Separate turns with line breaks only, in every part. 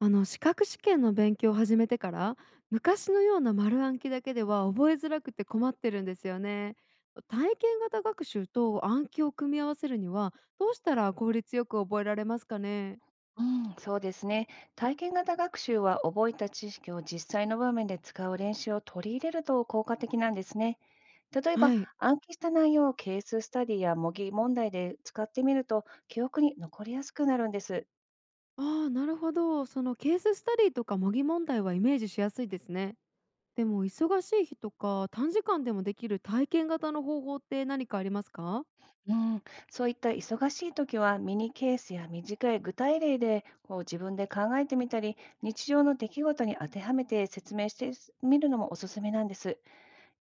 あの資格試験の勉強を始めてから昔のような丸暗記だけでは覚えづらくて困ってるんですよね。体験型学習と暗記を組み合わせるにはどうしたら効率よく覚えられますかね。
うん、そうですね。体験型学習は覚えた知識を実際の場面で使う練習を取り入れると効果的なんですね。例えば、
はい。
暗記した内容をケーススタディや模擬問題で使ってみると記憶に残りやすくなるんです。
ああ、なるほど。そのケーススタディとか模擬問題はイメージしやすいですね。でも忙しい日とか短時間でもできる体験型の方法って何かありますか。
うん、そういった忙しい時はミニケースや短い具体例でこう自分で考えてみたり、日常の出来事に当てはめて説明してみるのもおすすめなんです。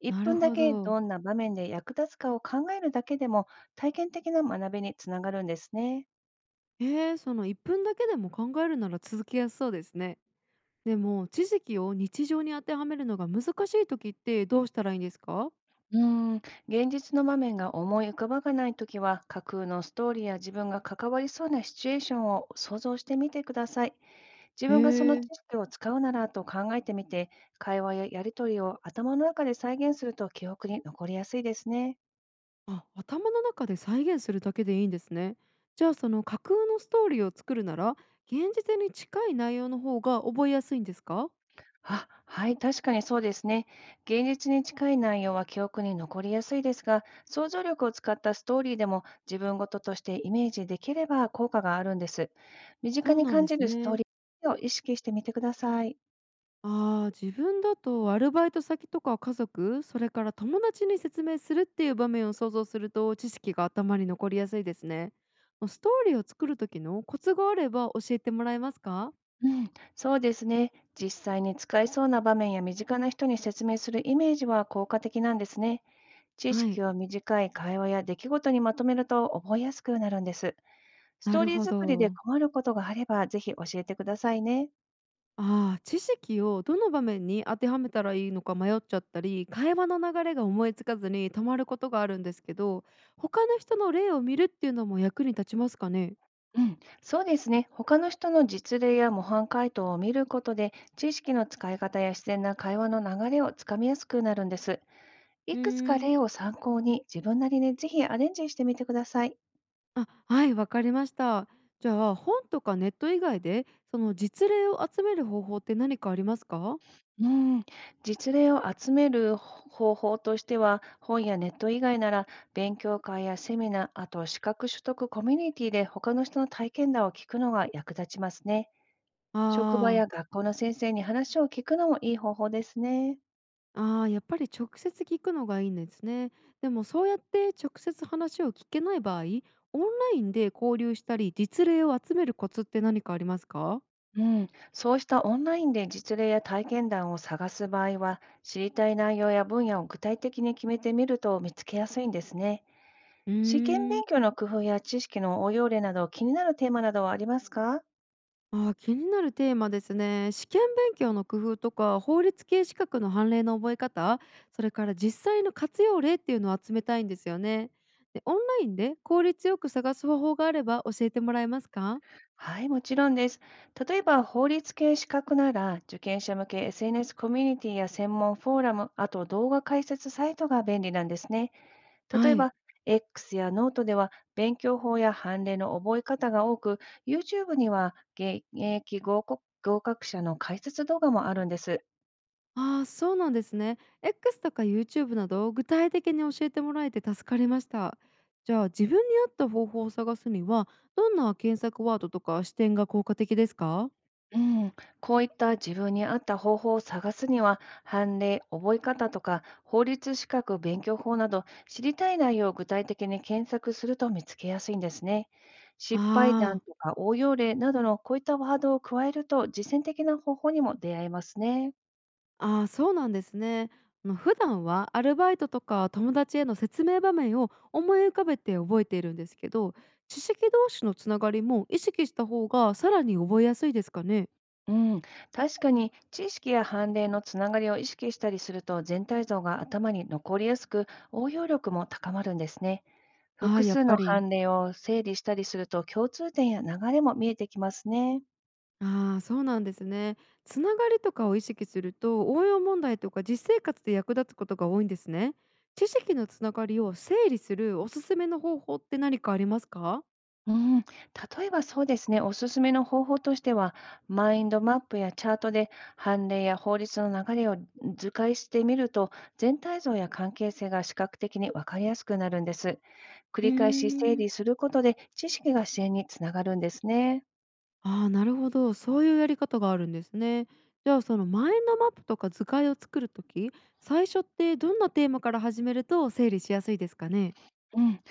1
なる
分だ
ほ
け
ど。
どんな場面で役立つかを考えるだけでも体験的な学びにつながるんですね。
その1分だけでも考えるなら続けやすそうですね。でも知識を日常に当てはめるのが難しい時ってどうしたらいいんですか。
うーん、現実の場面が思い浮かばがないときは架空のストーリーや自分が関わりそうなシチュエーションを想像してみてください。自
へ
分がその知
え。
識を使うならと考えてみて、会話ややりとりを頭の中で再現すると記憶に残りやすいですね。
あ、頭の中で再現するだけでいいんですね。じゃあ、その架空のストーリーを作るなら現実に近い内容の方が覚えやすいんですか。
あ、はい、確かにそうですね。現実に近い内容は記憶に残りやすいですが、想像力を使ったストーリーでも自分ごととしてイメージできれば効果があるんです。身近
そう
に
なん
感
で
じ
す
るストー
ね。
リーを意識してみてください。
あー、自分だとアルバイト先とか家族、それから友達に説明するっていう場面を想像すると知識が頭に残りやすいですね。ストーリーを作る時のコツがあれば教えてもらえますか。
うん、そうですね。実際に使えそうな場面や身近な人に説明するイメージは効果的なんですね。知
はい。
識を短い会話や出来事にまとめると覚えやすくなるんです。ス
な
トー
る
リー
ほ
作りで
ど。
困ることがあれば、ぜひ教えてくださいね。
ああ、知識をどの場面に当てはめたらいいのか迷っちゃったり、会話の流れが思いつかずに止まることがあるんですけど、他の人の例を見るっていうのも役に立ちますかね。
うん、そうですね。他の人の実例や模範解答を見ることで、知識の使い方や自然な会話の流れをつかみやすくなるんです。い
うー
くつか
ん、
例を参考に、自分なりにぜひアレンジしてみてください。
あ、はい、わかりました。じゃあ、本とかネット以外で、その実例を集める方法って何かありますか。
うん、実例を集める方法としては、本やネット以外なら、勉強会やセミナー、あと資格取得コミュニティで他の人の体験談を聞くのが役立ちますね。職場
ああ
や
ー。
学校の先生に話を聞くのもいい方法ですね。
ああ、やっぱり直接聞くのがいいんですね。でも、そうやって直接話を聞けない場合、オンラインで交流したり実例を集めるコツって何かありますか。
うん、そうしたオンラインで実例や体験談を探す場合は、知りたい内容や分野を具体的に決めてみると見つけやすいんですね。
うー
試験
ん。
勉強の工夫や知識の応用例など気になるテーマなどはありますか？
ああ、気になるテーマですね。試験勉強の工夫とか法律系資格の判例の覚え方、それから実際の活用例っていうのを集めたいんですよね。で、オンラインで効率よく探す方法があれば教えてもらえますか。
はい、もちろんです。例えば、法律系資格なら、受験者向け SNS コミュニティや専門フォーラム、あと動画解説サイトが便利なんですね。例
は
え
い。
ば、X やノートでは勉強法や判例の覚え方が多く、YouTube には現役合格者の解説動画もあるんです。
ああ、そうなんですね。X とか YouTube など具体的に教えてもらえて助かりました。じゃあ、自分に合った方法を探すにはどんな検索ワードとか視点が効果的ですか。
うん、こういった自分に合った方法を探すには、判例、覚え方とか、法律資格勉強法など、知りたい内容を具体的に検索すると見つけやすいんですね。
あ
失敗談
ー、
とか応用例などのこういったワードを加えると、実践的な方法にも出会えますね。
あー、そうなんですね。あの、普段はアルバイトとか友達への説明場面を思い浮かべて覚えているんですけど、知識同士のつながりも意識した方がさらに覚えやすいですかね。
うん、確かに知識や判例のつながりを意識したりすると全体像が頭に残りやすく、応用力も高まるんですね。
ああ
複
ー、やっ
数
ぱ
の
り。
判例を整理したりすると共通点や流れも見えてきますね。
ああ、そうなんですね。つながりとかを意識すると、応用問題とか実生活で役立つことが多いんですね。知識のつながりを整理するおすすめの方法って何かありますか。
うん、例えばそうですね、おすすめの方法としては、マインドマップやチャートで判例や法律の流れを図解してみると、全体像や関係性が視覚的にわかりやすくなるんです。繰
うー
り返し整
ん。
理することで、知識が支援につながるんですね。
ああー、なるほど。そういうやり方があるんですね。じゃあ、そのマインドマップとか図解を作るとき、最初ってどんなテーマから始めると整理しやすいですかね。
うん、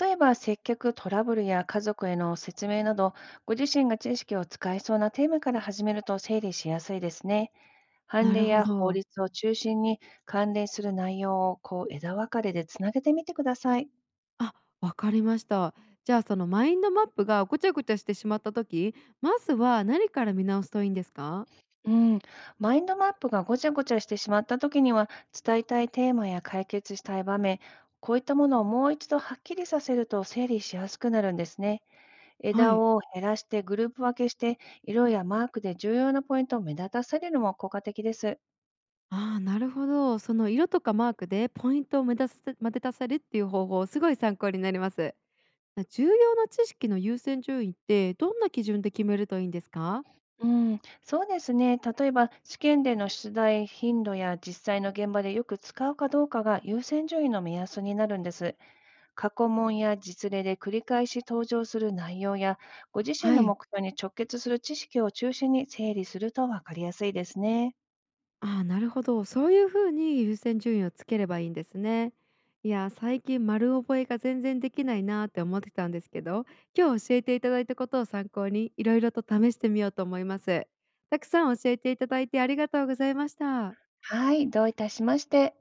例えば、接客トラブルや家族への説明など、ご自身が知識を使いそうなテーマから始めると整理しやすいですね。判
な
例
るほ
や法
ど。
律を中心に関連する内容をこう枝分かれでつなげてみてください。
あ、わかりました。じゃあ、そのマインドマップがごちゃごちゃしてしまった時、まずは何から見直すといいんですか？
うん、マインドマップがごちゃごちゃしてしまった時には、伝えたいテーマや解決したい場面、こういったものをもう一度はっきりさせると整理しやすくなるんですね。
は
枝
い。
を減らしてグループ分けして、色やマークで重要なポイントを目立たせるのも効果的です。
ああ、なるほど。その色とかマークでポイントを目立たせ目立たせるっていう方法、すごい参考になります。重要な知識の優先順位ってどんな基準で決めるといいんですか？
うん、そうですね。例えば、試験での出題頻度や実際の現場でよく使うかどうかが優先順位の目安になるんです。過去問や実例で繰り返し登場する内容や、ご自身
は
の
い。
目標に直結する知識を中心に整理すると分かりやすいですね。
ああ、なるほど。そういう風に優先順位をつければいいんですね。いや、最近丸覚えが全然できないなーって思ってたんですけど、今日教えていただいたことを参考に、いろいろと試してみようと思います。たくさん教えていただいてありがとうございました。
はい、どういたしまして。